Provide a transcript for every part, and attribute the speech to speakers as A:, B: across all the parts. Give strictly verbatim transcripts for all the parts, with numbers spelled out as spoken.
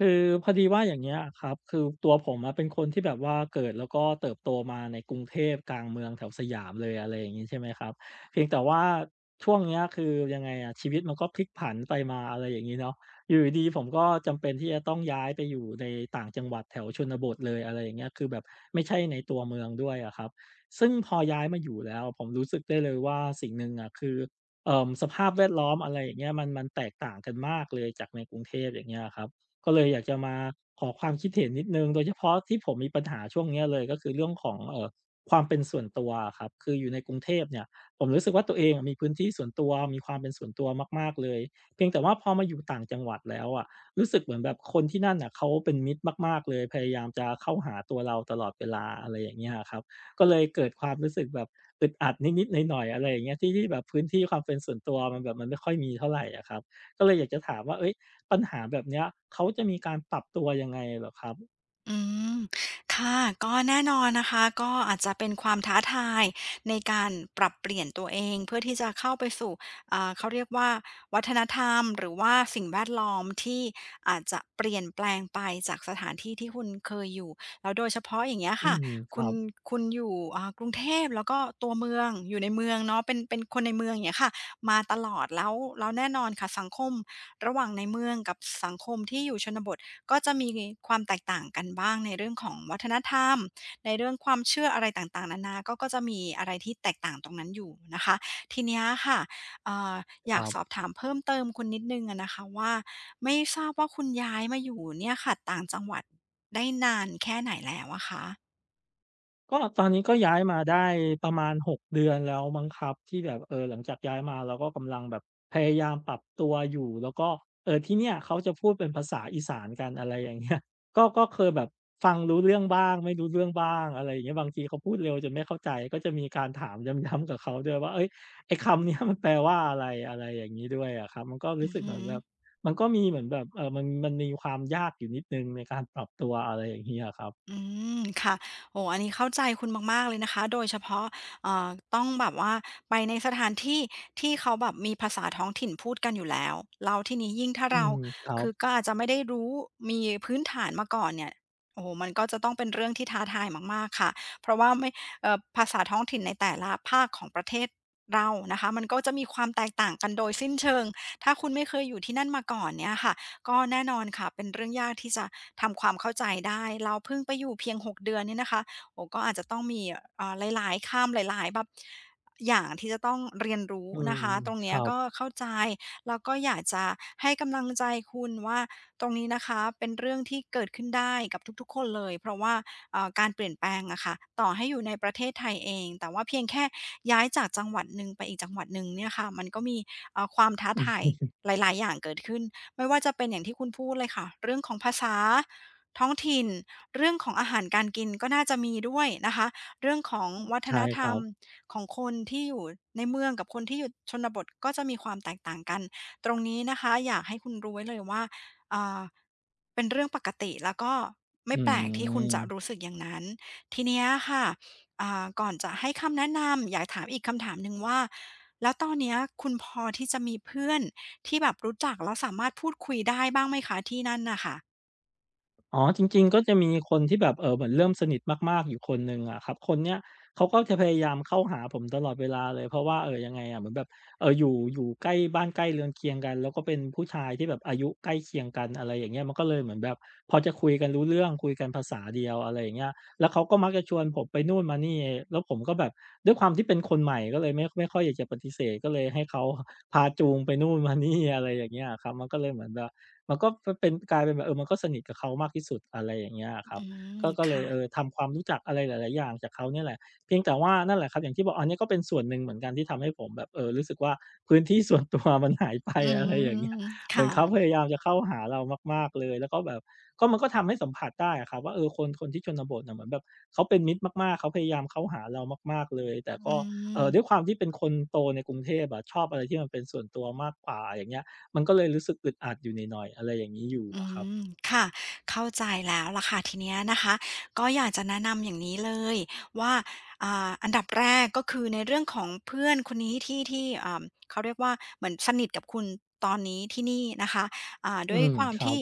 A: คือพอดีว่าอย่างเงี้ยครับคือตัวผมอะเป็นคนที่แบบว่าเกิดแล้วก็เติบโตมาในกรุงเทพกลางเมืองแถวสยามเลยอะไรอย่างงี้ใช่ไหมครับเพียงแต่ว่าช่วงเนี้ยคือยังไงอะชีวิตมันก็พลิกผันไปมาอะไรอย่างนี้เนาะอยู่ดีๆผมก็จำเป็นที่จะต้องย้ายไปอยู่ในต่างจังหวัดแถวชนบทเลยอะไรอย่างเงี้ยคือแบบไม่ใช่ในตัวเมืองด้วยอะครับซึ่งพอย้ายมาอยู่แล้วผมรู้สึกได้เลยว่าสิ่งหนึ่งอะคือเอ่อสภาพแวดล้อมอะไรอย่างเงี้ยมันมันแตกต่างกันมากเลยจากในกรุงเทพอย่างเงี้ยครับ ก็เลยอยากจะมาขอความคิดเห็นนิดหนึ่งโดยเฉพาะที่ผมมีปัญหาช่วงเนี้ยเลยก็คือเรื่องของเอ่อความเป็นส่วนตัวอะครับคืออยู่ในกรุงเทพเนี่ยผมรู้สึกว่าตัวเองอะมีพื้นที่ส่วนตัวมีความเป็นส่วนตัวมากๆเลยเพียงแต่ว่าพอมาอยู่ต่างจังหวัดแล้วอะรู้สึกเหมือนแบบคนที่นั่นน่ะเขาเป็นมิตรมากๆเลยพยายามจะเข้าหาตัวเราตลอดเวลาอะไรอย่างเงี้ยอะครับก็เลยเกิดความรู้สึกแบบอึดอัดนิดๆหน่อยๆอะไรอย่างเงี้ยที่ที่แบบพื้นที่ความเป็นส่วนตัวมันแบบมันไม่ค่อยมีเท่าไรอะครับก็เลยอยากจะถามว่าเฮ้ย ปัญหาแบบเนี้ยเขาจะมีการปรับตัวยังไงเหรอครับ
B: อืมค่ะก็แน่นอนนะคะ ก็อาจจะเป็นความท้าทายในการปรับเปลี่ยนตัวเองเพื่อที่จะเข้าไปสู่อ่าเขาเรียกว่าวัฒนธรรมหรือว่าสิ่งแวดล้อมที่อาจจะเปลี่ยนแปลงไปจากสถานที่ที่คุณเคยอยู่แล้วโดยเฉพาะอย่างเงี้ย
A: อื
B: ค่ะ
A: มค
B: คุ
A: รั
B: ณ
A: บ
B: คุณอยู่อ่ากรุงเทพแล้วก็ตัวเมืองอยู่ในเมืองเนาะเป็นเป็นคนในเมืองอย่างเงี้ยค่ะมาตลอดแล้วแล้วแน่นอนค่ะสังคมระหว่างในเมืองกับสังคมที่อยู่ชนบท ก็จะมีความแตกต่างกันบ้างในเรื่องของวัฒนธรรมในเรื่องความเชื่ออะไรต่างๆนานาก็ก็จะมีอะไรที่แตกต่างตรงนั้นอยู่นะคะทีเนี้ยค่ะเอ่ออ
A: ค
B: ยาก
A: รั
B: สอบ
A: บ
B: ถามเพิ่มเติมคุณนิดหนึ่งอะนะคะว่าไม่ทราบว่าคุณย้ายมาอยู่เนี่ยค่ะต่างจังหวัดได้นานแค่ไหนแล้วอะคะ
A: ก็ตอนนี้ก็ย้ายมาได้ประมาณหกเดือนแล้วมั้งครับที่แบบเออหลังจากย้ายมาเราก็กำลังแบบพยายามปรับตัวอยู่แล้วก็เอ่อที่เนี่ยเขาจะพูดเป็นภาษาอีสานกันอะไรอย่างเงี้ย ก็ก็เคยแบบฟังรู้เรื่องบ้างไม่รู้เรื่องบ้างอะไรอย่างเงี้ยบางทีเขาพูดเร็วจนไม่เข้าใจก็จะมีการถามย้ำๆกับเขาด้วยว่าเฮ้ยไอ้คำเนี้ยมันแปลว่าอะไรอะไรอย่างงี้ด้วยอะครับมันก็
B: อื
A: รู้
B: อ
A: สึกเห
B: ฮึ
A: มือนแบบมันก็มีเหมือนแบบเอ่อมันมันมีความยากอยู่นิดหนึ่งในการปรับตัวอะไรอย่างงี้อะครับ
B: อืมค่ะโอ้โอันนี้เข้าใจคุณมากๆเลยนะคะโดยเฉพาะเอ่อต้องแบบว่าไปในสถานที่ที่เขาแบบมีภาษาท้องถิ่นพูดกันอยู่แล้วแล้วทีนี้ยิ่งถ้า
A: อื
B: เรา
A: มครั
B: คื
A: บ
B: อก็อาจจะไม่ได้รู้มีพื้นฐานมาก่อนเนี่ยโอ้โฮมันก็จะต้องเป็นเรื่องที่ท้าทายมากๆค่ะเพราะว่าไม่เอ่อภาษาท้องถิ่นในแต่ละภาคของประเทศเรานะคะมันก็จะมีความแตกต่างกันโดยสิ้นเชิงถ้าคุณไม่เคยอยู่ที่นั่นมาก่อนเนี่ยค่ะ ก็แน่นอนค่ะเป็นเรื่องยากที่จะทำความเข้าใจได้เราเพิ่งไปอยู่เพียงหกเดือนเนี่ยนะคะโอ้ก็อาจจะต้องมีเอ่อหลายๆคำหลายๆแบบอย่างที่จะต้องเรียนรู้
A: อืม
B: นะคะตรง
A: ค
B: เนี้ย
A: รับ
B: ก็เข้าใจแล้วก็อยากจะให้กำลังใจคุณว่าตรงนี้นะคะเป็นเรื่องที่เกิดขึ้นได้กับทุกๆคนเลยเพราะว่าเอ่อการเปลี่ยนแปลงอะค่ะต่อให้อยู่ในประเทศไทยเองแต่ว่าเพียงแค่ย้ายจากจังหวัดหนึ่งไปอีกจังหวัดหนึ่งเนี่ยค่ะมันก็มีเอ่อความท้าทายหลายๆอย่างเกิดขึ้น ไม่ว่าจะเป็นอย่างที่คุณพูดเลยค่ะเรื่องของภาษาท้องถิ่นเรื่องของอาหารการกินก็น่าจะมีด้วยนะคะเรื่องของวัฒ
A: ใช่
B: นธ
A: ค
B: ร
A: รั
B: รม
A: บ
B: ของคนที่อยู่ในเมืองกับคนที่อยู่ชนบทก็จะมีความแตกต่างกันตรงนี้นะคะอยากให้คุณรู้ไว้เลยว่าอ่าเป็นเรื่องปกติแล้วก็
A: อื
B: ไม่แปลกที่คุณจะรู้
A: ม
B: สึกอย่างนั้นทีเนี้ยค่ะอ่าก่อนจะให้คำแนะนำอยากถามอีกคำถามหนึ่งว่าแล้วตอนเนี้ยคุณพอที่จะมีเพื่อน ที่แบบรู้จักแล้วสามารถพูดคุยได้บ้างไหมคะที่นั่นน่ะค่ะ
A: อ๋อจริงๆก็จะมีคนที่แบบเอ่อเหมือนเริ่มสนิทมากๆอยู่คนหนึ่งอะครับคนเนี้ยเขาก็จะพยายามเข้าหาผมตลอดเวลาเลยเพราะว่าเอ่อยังไงอะเหมือนแบบเอ่ออยู่อยู่ใกล้บ้านใกล้เรือนเคียงกันแล้วก็เป็นผู้ชายที่แบบอายุใกล้เคียงกันอะไรอย่างเงี้ยมันก็เลยเหมือนแบบพอจะคุยกันรู้เรื่องคุยกันภาษาเดียวอะไรอย่างเงี้ยแล้วเขาก็มักจะชวนผมไปนู่นมานี่แล้วผมก็แบบด้วยความที่เป็นคนใหม่ก็เลยไม่ไม่ค่อยอยากจะปฏิเสธก็เลยให้เขาพาจูงไปนู่นมานี่อะไรอย่างเงี้ยอะครับมันก็เลยเหมือนแบบ มันก็เป็นกลายเป็นแบบเออมันก็สนิทกับเขามากที่สุดอะไรอย่างเงี้ยครับ
B: อื
A: ก็
B: ม
A: ก็เลยเออ
B: ค่ะ
A: ทำความรู้จักอะไรหลายๆอย่างจากเขาเนี่ยแหละเพียงแต่ว่านั่นแหละครับอย่างที่บอกอันนี้ก็เป็นส่วนหนึ่งเหมือนกันที่ทำให้ผมแบบเออรู้สึกว่าพื้นที่ส่วนตัวมันหายไป
B: อื
A: อะไรอย่างเงี้ย
B: ม
A: เหมือน
B: ค่ะ
A: เขาพยายามจะเข้าหาเรามากๆเลยแล้วก็แบบก็มันก็ทำให้สัมผัสได้อะครับว่าเออคนคนที่ชนบทน่ะเหมือนแบบเขาเป็นมิตรมากๆเขาพยายามเข้าหาเรามากๆเลยแต่ก็
B: อื
A: เอ่
B: ม
A: อด้วยความที่เป็นคนโตในกรุงเทพอะชอบอะไรที่มันเป็นส่วนตัวมากกว่าอย่างเงี้ย มันก็เลยรู้สึกอึดอัดอยู่หน่อยๆอะไรอย่างงี้อยู่
B: อื
A: อะครับ
B: มค่ะเข้าใจแล้วล่ะค่ะทีเนี้ยนะคะก็อยากจะแนะนำอย่างนี้เลยว่าอ่าอันดับแรกก็คือในเรื่องของเพื่อนคนนี้ที่ที่อ่าเขาเรียกว่าเหมือนสนิทกับคุณตอนนี้ที่นี่นะคะอ่า
A: อื
B: ด้วย
A: ม
B: ความ
A: ครับ
B: ที่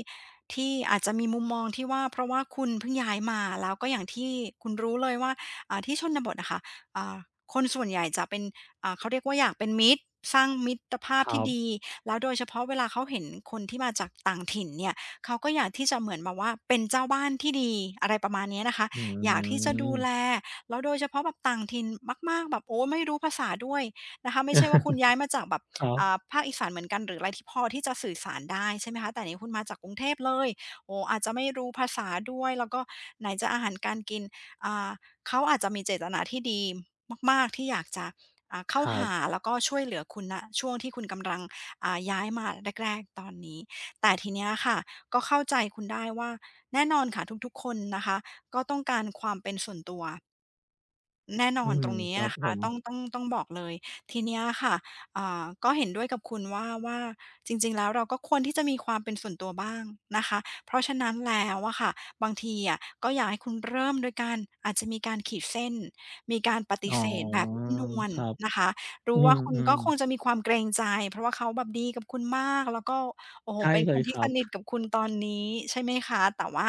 B: ที่อาจจะมีมุมมองที่ว่าเพราะว่าคุณเพิ่งย้ายมาแล้วก็อย่างที่คุณรู้เลยว่าอ่าที่ชนบทอะค่ะอ่าคนส่วนใหญ่จะเป็นอ่าเขาเรียกว่าอยากเป็นมิตรสร้างมิตรภา
A: ค
B: พ
A: รั
B: ที่
A: บ
B: ดีแล้วโดยเฉพาะเวลาเขาเห็นคนที่มาจากต่างถิ่นเนี่ย เขาก็อยากที่จะเหมือนแบบว่าเป็นเจ้าบ้านที่ดีอะไรประมาณเนี้ยนะคะ
A: อื
B: อยากที่จะดู
A: ม
B: แลแล้วโดยเฉพาะแบบต่างถิ่นมากๆแบบโอ้ไม่รู้ภาษาด้วยนะคะไม่ใช่ว่าคุ ณย้ายมาจากแบบ
A: ครั
B: อ่า
A: บ
B: ภาคอีสานเหมือนกันหรืออะไรที่พอที่จะสื่อสารได้ใช่ไหมคะแต่นี่คุณมาจากกรุงเทพเลยโอ้อาจจะไม่รู้ภาษาด้วยแล้วก็ไหนจะอาหารการกินอ่าเขาอาจจะมีเจตนาที่ดีมากๆที่อยากจะอ่าเข้า
A: ครับ
B: หาแล้วก็ช่วยเหลือคุณณช่วงที่คุณกำลังอ่าย้ายมาแรกๆตอนนี้แต่ทีเนี้ยค่ะ ก็เข้าใจคุณได้ว่าแน่นอนค่ะทุกๆคนนะคะก็ต้องการความเป็นส่วนตัว แน่นอ
A: อื
B: น
A: ม
B: ตรงนี้
A: ครับ
B: นะ
A: ผ
B: คะ
A: ม
B: ต้องต้องต้องบอกเลยทีเนี้ยค่ะอ่าก็เห็นด้วยกับคุณว่าว่าจริงๆแล้วเราก็ควรที่จะมีความเป็นส่วนตัวบ้างนะคะเพราะฉะนั้นแล้วอะค่ะบางทีอะก็อยากให้คุณเริ่มโดยการอาจจะมีการขีดเส้นมีการปฏิ
A: อ๋อ
B: เสธแบบนุ่มนวล
A: ครับ
B: นะคะรู้
A: อื
B: ว่าคุณก็
A: ม
B: คงจะมีความเกรงใจเพราะว่าเขาแบบดีกับคุณมากแล้วก็โอ้
A: ๆ
B: โห
A: ใช่
B: เป็น
A: เล
B: ค
A: ย
B: น
A: ค
B: ที่
A: รั
B: ส
A: บ
B: นิทกับคุณตอนนี้ใช่ไหมคะแต่ว่า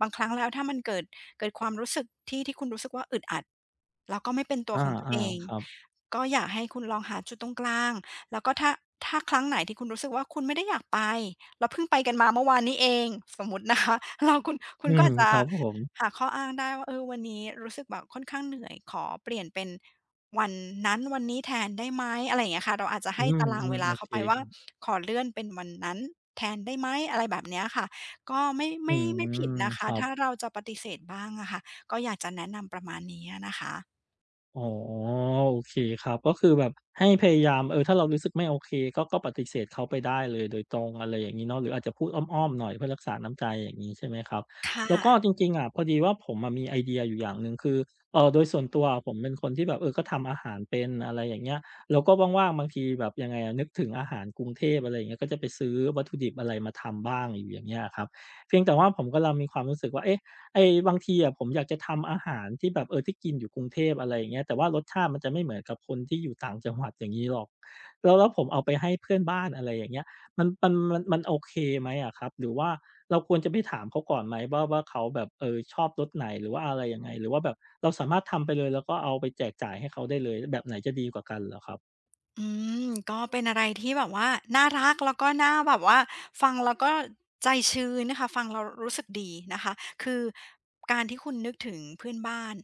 B: บางครั้งแล้วถ้ามันเกิด เกิดความรู้สึกที่ที่คุณรู้สึกว่าอึดอัดแล้วก็ไม่เป็นตัว
A: อา
B: ของตัวเอง
A: ๆครับ
B: ก็อยากให้คุณลองหาจุดตรงกลางแล้วก็ถ้าถ้าครั้งไหนที่คุณรู้สึกว่าคุณไม่ได้อยากไปแล้วเพิ่งไปกันมาเมื่อวานนี้เองสมมุตินะคะ แล้วคุณคุ
A: อื
B: ณก็
A: ม
B: อาจจะ
A: ครับผม
B: หาข้ออ้างได้ว่าเออวันนี้รู้สึกแบบค่อนข้างเหนื่อยขอเปลี่ยนเป็นวันนั้นวันนี้แทนได้ไหมอะไรอย่างเงี้ยค่ะเราอาจจะ
A: อื
B: ให้
A: ม
B: ตารางเว
A: ๆโอ
B: ลาเขา
A: เค
B: ไปว่าขอเลื่อนเป็นวันนั้นแทนได้ไหมอะไรแบบเนี้ยค่ะ ก็ไม่
A: อื
B: ไม่ไม่ผิด
A: ม
B: นะ
A: ค
B: คะ
A: รับ
B: ถ้าเราจะปฏิเสธบ้างอะค่ะก็อยากจะแนะนำประมาณนี้อะนะคะ
A: อ๋อโอเคครับก็คือแบบให้พยายามเออถ้าเรารู้สึกไม่โอเคก็ก็ปฏิเสธเขาไปได้เลยโดยตรงอะไรอย่างงี้เนาะหรืออาจจะพูดอ้อมๆหน่อยเพื่อรักษาน้ำใจอย่างงี้ใช่ไหมครับ
B: ค
A: แล้วก็
B: ่ะ
A: จริงๆอะพอดีว่าผมอะมีไอเดียอยู่อย่างหนึ่งคือเอ่อโดยส่วนตัวอะผมเป็นคนที่แบบเออก็ทำอาหารเป็นอะไรอย่างเงี้ยแล้วก็ว่างๆบางทีแบบยังไงอะนึกถึงอาหารกรุงเทพอะไรอย่างเงี้ยก็จะไปซื้อวัตถุดิบอะไรมาทำบ้างอยู่อย่างเงี้ยอะครับเพียงแต่ว่าผมกำลังมีความรู้สึกว่าเอ๊ะ ไอ้บางทีอะผมอยากจะทำอาหารที่แบบเออที่กินอยู่กรุงเทพอะไรอย่างเงี้ยแต่ว่ารสชาติมันจะไม่เหมือนกับคนที่อยู่ต่างจังหวัดอย่างงี้หรอกแล้วแล้วผมเอาไปให้เพื่อนบ้านอะไรอย่างเงี้ยมันมันมันมันโอเคไหมอะครับหรือว่าเราควรจะไปถามเขาก่อนไหมว่าว่าเขาแบบเออชอบรสไหนหรือว่าอะไรยังไงหรือว่าแบบเราสามารถทำไปเลยแล้วก็เอาไปแจกจ่ายให้เขาได้เลยแบบไหนจะดีกว่ากันเหรอครับ
B: อืมก็เป็นอะไรที่แบบว่าน่ารักแล้วก็น่าแบบว่าฟังแล้วก็ใจชื้นนะคะฟังแล้วรู้สึกดีนะคะคือการที่คุณนึกถึงเพื่อนบ้าน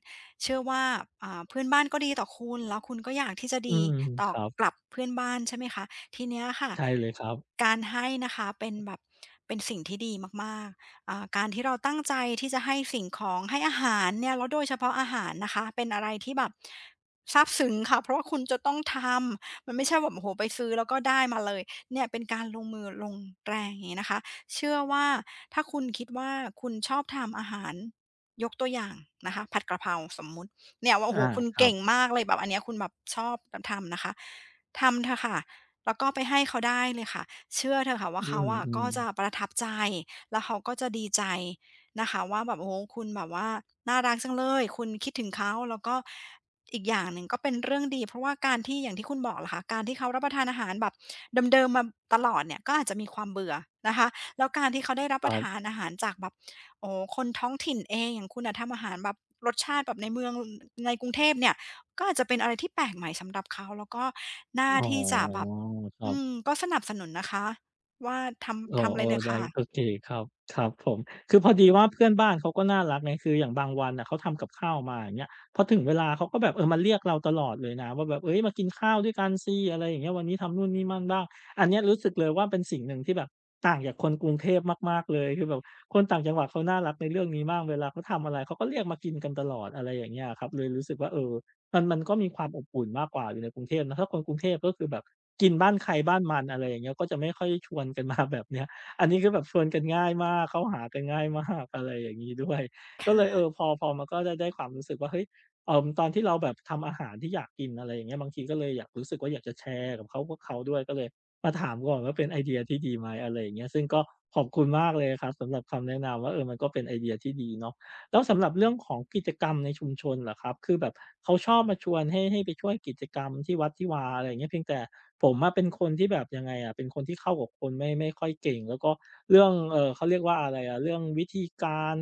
B: เชื่อว่าอ่าเพื่อนบ้านก็ดีต่อคุณแล้วคุณก็อยากที่จะ
A: อื
B: ดี
A: ม
B: ต่
A: ค
B: อ
A: รั
B: ก
A: บ
B: ลับเพื่อนบ้านใช่ไหมคะทีเนี้ยค่ะ
A: ใช่เลยครับ
B: การให้นะคะเป็นแบบเป็นสิ่งที่ดีมากๆอ่าการที่เราตั้งใจที่จะให้สิ่งของให้อาหารเนี่ยแล้วโดยเฉพาะอาหารนะคะเป็นอะไรที่แบบซาบซึ้งค่ะเพราะว่าคุณจะต้องทำ มันไม่ใช่แบบโอ้โหไปซื้อแล้วก็ได้มาเลยเนี่ยเป็นการลงมือลงแรงอย่างนี้นะคะ เชื่อว่าถ้าคุณคิดว่าคุณชอบทำอาหารยกตัวอย่างนะคะผัดกะเพราสมมุติเนี่ยว่าโอ้
A: อา
B: โหคุณ
A: ครั
B: เก่ง
A: บ
B: มากเลยแบบอันเนี้ยคุณแบบชอบทำนะคะทำเถอะค่ะแล้วก็ไปให้เขาได้เลยค่ะเชื่อเถอะค่ะว่า
A: อื
B: เขาอะก็
A: ม
B: จะ
A: ๆ
B: ประทับใจแล้วเขาก็จะดีใจนะคะว่าแบบโอ้โหคุณแบบว่าน่ารักจังเลยคุณคิดถึงเขาแล้วก็ อีกอย่างหนึ่งก็เป็นเรื่องดีเพราะว่าการที่อย่างที่คุณบอกล่ะค่ะการที่เขารับประทานอาหารแบบเดิมๆมาตลอดเนี่ยก็อาจจะมีความเบื่อนะคะแล้วการที่เขาได้รับ
A: ค
B: ป
A: รั
B: ระทาน
A: บ
B: อาหารจากแบบโอ้โฮคนท้องถิ่นเองอย่างคุณน่ะทำอาหารแบบรสชาติแบบในเมืองในกรุงเทพเนี่ยก็อาจจะเป็นอะไรที่แปลกใหม่สำหรับเขาแล้วก็น่า
A: อ๋อ
B: ที่จะแบบ
A: ครั
B: อืม
A: บ
B: ก็สนับสนุนนะคะว่าทำ
A: อ๋อ
B: ทำ
A: เอ
B: เลยเถ
A: อ
B: อ
A: ได้โอ
B: ค่ะ
A: เคครับครับผมคือพอดีว่าเพื่อนบ้านเขาก็น่ารักไงคืออย่างบางวันน่ะเขาทำกับข้าวมาอย่างเงี้ยพอถึงเวลาเขาก็แบบเออมาเรียกเราตลอดเลยนะว่าแบบเฮ้ยมากินข้าวด้วยกันสิอะไรอย่างเงี้ยวันนี้ทำนู่นนี่นั่นบ้างอันเนี้ยรู้สึกเลยว่าเป็นสิ่งหนึ่งที่แบบต่างจากคนกรุงเทพมากๆเลยคือแบบคนต่างจังหวัดเขาน่ารักในเรื่องนี้มากเวลาเขาทำอะไรเขาก็เรียกมากินกันตลอดอะไรอย่างเงี้ยอะครับเลยรู้สึกว่าเออ มันมันก็มีความอบอุ่นมากกว่าอยู่ในกรุงเทพนะถ้าคนกรุงเทพก็คือแบบกินบ้านใครบ้านมันอะไรอย่างเงี้ยก็จะไม่ค่อยชวนกันมาแบบเนี้ยอันนี้คือแบบชวนกันง่ายมากเข้าหากันง่ายมากอะไรอย่างงี้ด้วยก็เลย
B: ค่ะ
A: เออพอพอมันก็ได้ได้ความรู้สึกว่าเฮ้ยเอ่อตอนที่เราแบบทำอาหารที่อยากกินอะไรอย่างเงี้ยบางทีก็เลยอยากรู้สึกว่าอยากจะแชร์กับเขาพวกเขาด้วยก็เลยมาถามก่อนว่าเป็นไอเดียที่ดีไหมอะไรอย่างเงี้ยซึ่งก็ขอบคุณมากเลยครับสำหรับคำแนะนำว่าเออมันก็เป็นไอเดียที่ดีเนาะ แล้วสำหรับเรื่องของกิจกรรมในชุมชนเหรอครับคือแบบเขาชอบมาชวนให้ให้ไปช่วยกิจกรรมที่วัดที่วาอะไรอย่างเงี้ยเพียงแต่ผมอะเป็นคนที่แบบยังไงอะเป็นคนที่เข้ากับคนไม่ไม่ค่อยเก่งแล้วก็เรื่องเอ่อเขาเรียกว่าอะไรอะเรื่องวิธีการ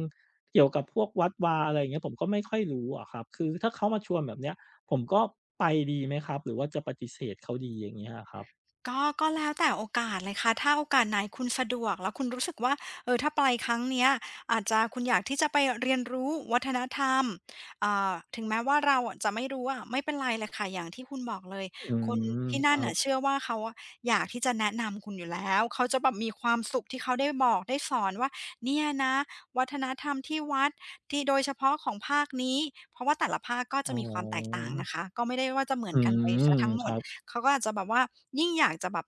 A: เกี่ยวกับพวกวัดวาอะไรอย่างเงี้ยผมก็ไม่ค่อยรู้อะครับคือถ้าเขามาชวนแบบเนี้ยผมก็ไปดีไหมครับหรือว่าจะปฏิเสธเขาดีอย่างเงี้ยอะครับ
B: ก็ก็แล้วแต่โอกาสเลยค่ะถ้าโอกาสไหนคุณสะดวกแล้วคุณรู้สึกว่าเออถ้าไปครั้งเนี้ยอาจจะคุณอยากที่จะไปเรียนรู้วัฒนธรรมอ่าถึงแม้ว่าเราอะจะไม่รู้อะไม่เป็นไรเลยค่ะอย่างที่คุณบอกเลย
A: อื
B: คน
A: ม
B: ที่
A: ค
B: นั่น
A: รับ
B: น่ะเชื่อว่าเขาอะอยากที่จะแนะนำคุณอยู่แล้วเขาจะแบบมีความสุขที่เขาได้บอกได้สอนว่าเนี่ยนะวัฒนธรรมที่วัดที่โดยเฉพาะของภาคนี้เพราะว่าแต่ละภาคก็จะ
A: อ๋อ
B: มีความแตกต่างนะคะก็ไม่ได้ว่าจะเหมือ
A: อื
B: นกันไป
A: ม
B: เสียทั้งหม
A: ครั
B: ด
A: บ
B: เขาก็อาจจะแบบว่ายิ่งอยากจะแบบ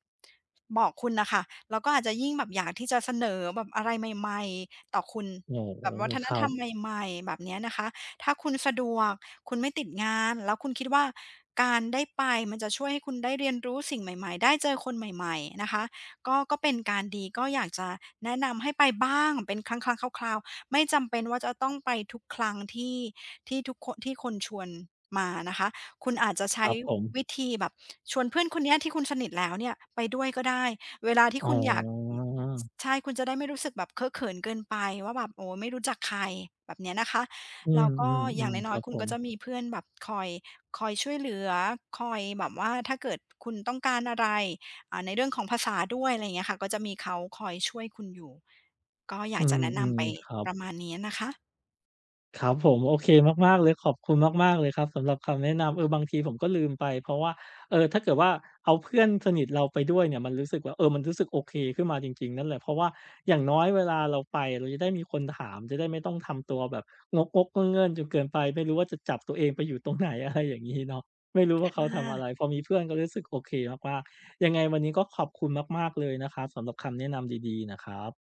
B: บอกคุณน่ะค่ะแล้วก็อาจจะยิ่งแบบอยากที่จะเสนอแบบอะไรใหม่ๆต่อคุณ
A: โอ้โฮ
B: แบบวัฒน
A: ครั
B: ธร
A: บ
B: รมใหม่ๆแบบเนี้ยนะคะถ้าคุณสะดวกคุณไม่ติดงานแล้วคุณคิดว่าการได้ไปมันจะช่วยให้คุณได้เรียนรู้สิ่งใหม่ๆได้เจอคนใหม่ๆนะคะก็ก็เป็นการดีก็อยากจะแนะนำให้ไปบ้างเป็นครั้งๆคราวๆไม่จำเป็นว่าจะต้องไปทุกครั้งที่ที่ทุกคนที่คนชวนมานะคะ คุณอาจจะ
A: ค
B: ใช้
A: รับผม
B: วิธีแบบชวนเพื่อนคนเนี้ยที่คุณสนิทแล้วเนี่ยไปด้วยก็ได้เวลาที่
A: อ๋อ
B: คุณอยากใช่คุณจะได้ไม่รู้สึกแบบเคอะเขินเกินไปว่าแบบโอ้ไม่รู้จักใครแบบเนี้ยนะคะ
A: อื
B: แล้วก็อย่าง
A: มๆๆค
B: น้อ
A: รั
B: ย
A: บ
B: ๆคุ
A: ผ
B: ณ
A: ม
B: ก็จะมีเพื่อนแบบคอยคอยช่วยเหลือคอยแบบว่าถ้าเกิดคุณต้องการอะไรอ่าในเรื่องของภาษาด้วยอะไรอย่างเงี้ยค่ะก็จะมีเขาคอยช่วยคุณอยู่ก็อ
A: อื
B: ยากจะแนะนำ
A: ม
B: ไป
A: ๆครั
B: ประ
A: บ
B: มาณนี้นะคะ
A: ครับผมโอเคมากๆเลยขอบคุณมากๆเลยครับสำหรับคำแนะนำเออบางทีผมก็ลืมไปเพราะว่าเออถ้าเกิดว่าเอาเพื่อนสนิทเราไปด้วยเนี่ยมันรู้สึกว่าเออมันรู้สึกโอเคขึ้นมาจริงๆนั่นแหละเพราะว่าอย่างน้อยเวลาเราไปเราจะได้มีคนถามจะได้ไม่ต้องทำตัวแบบงกๆเง่นๆจนเกินไปไม่รู้ว่าจะจับตัวเองไปอยู่ตรงไหน อะไรอย่างงี้เนาะไม่รู้
B: ค
A: ว่าเขาทำ
B: ่ะ
A: อะไรพอมีเพื่อนก็รู้สึกโอเคมากๆยังไงวันนี้ก็ขอบคุณมากๆเลยนะครับสำหรับคำแนะนำดีๆนะครับ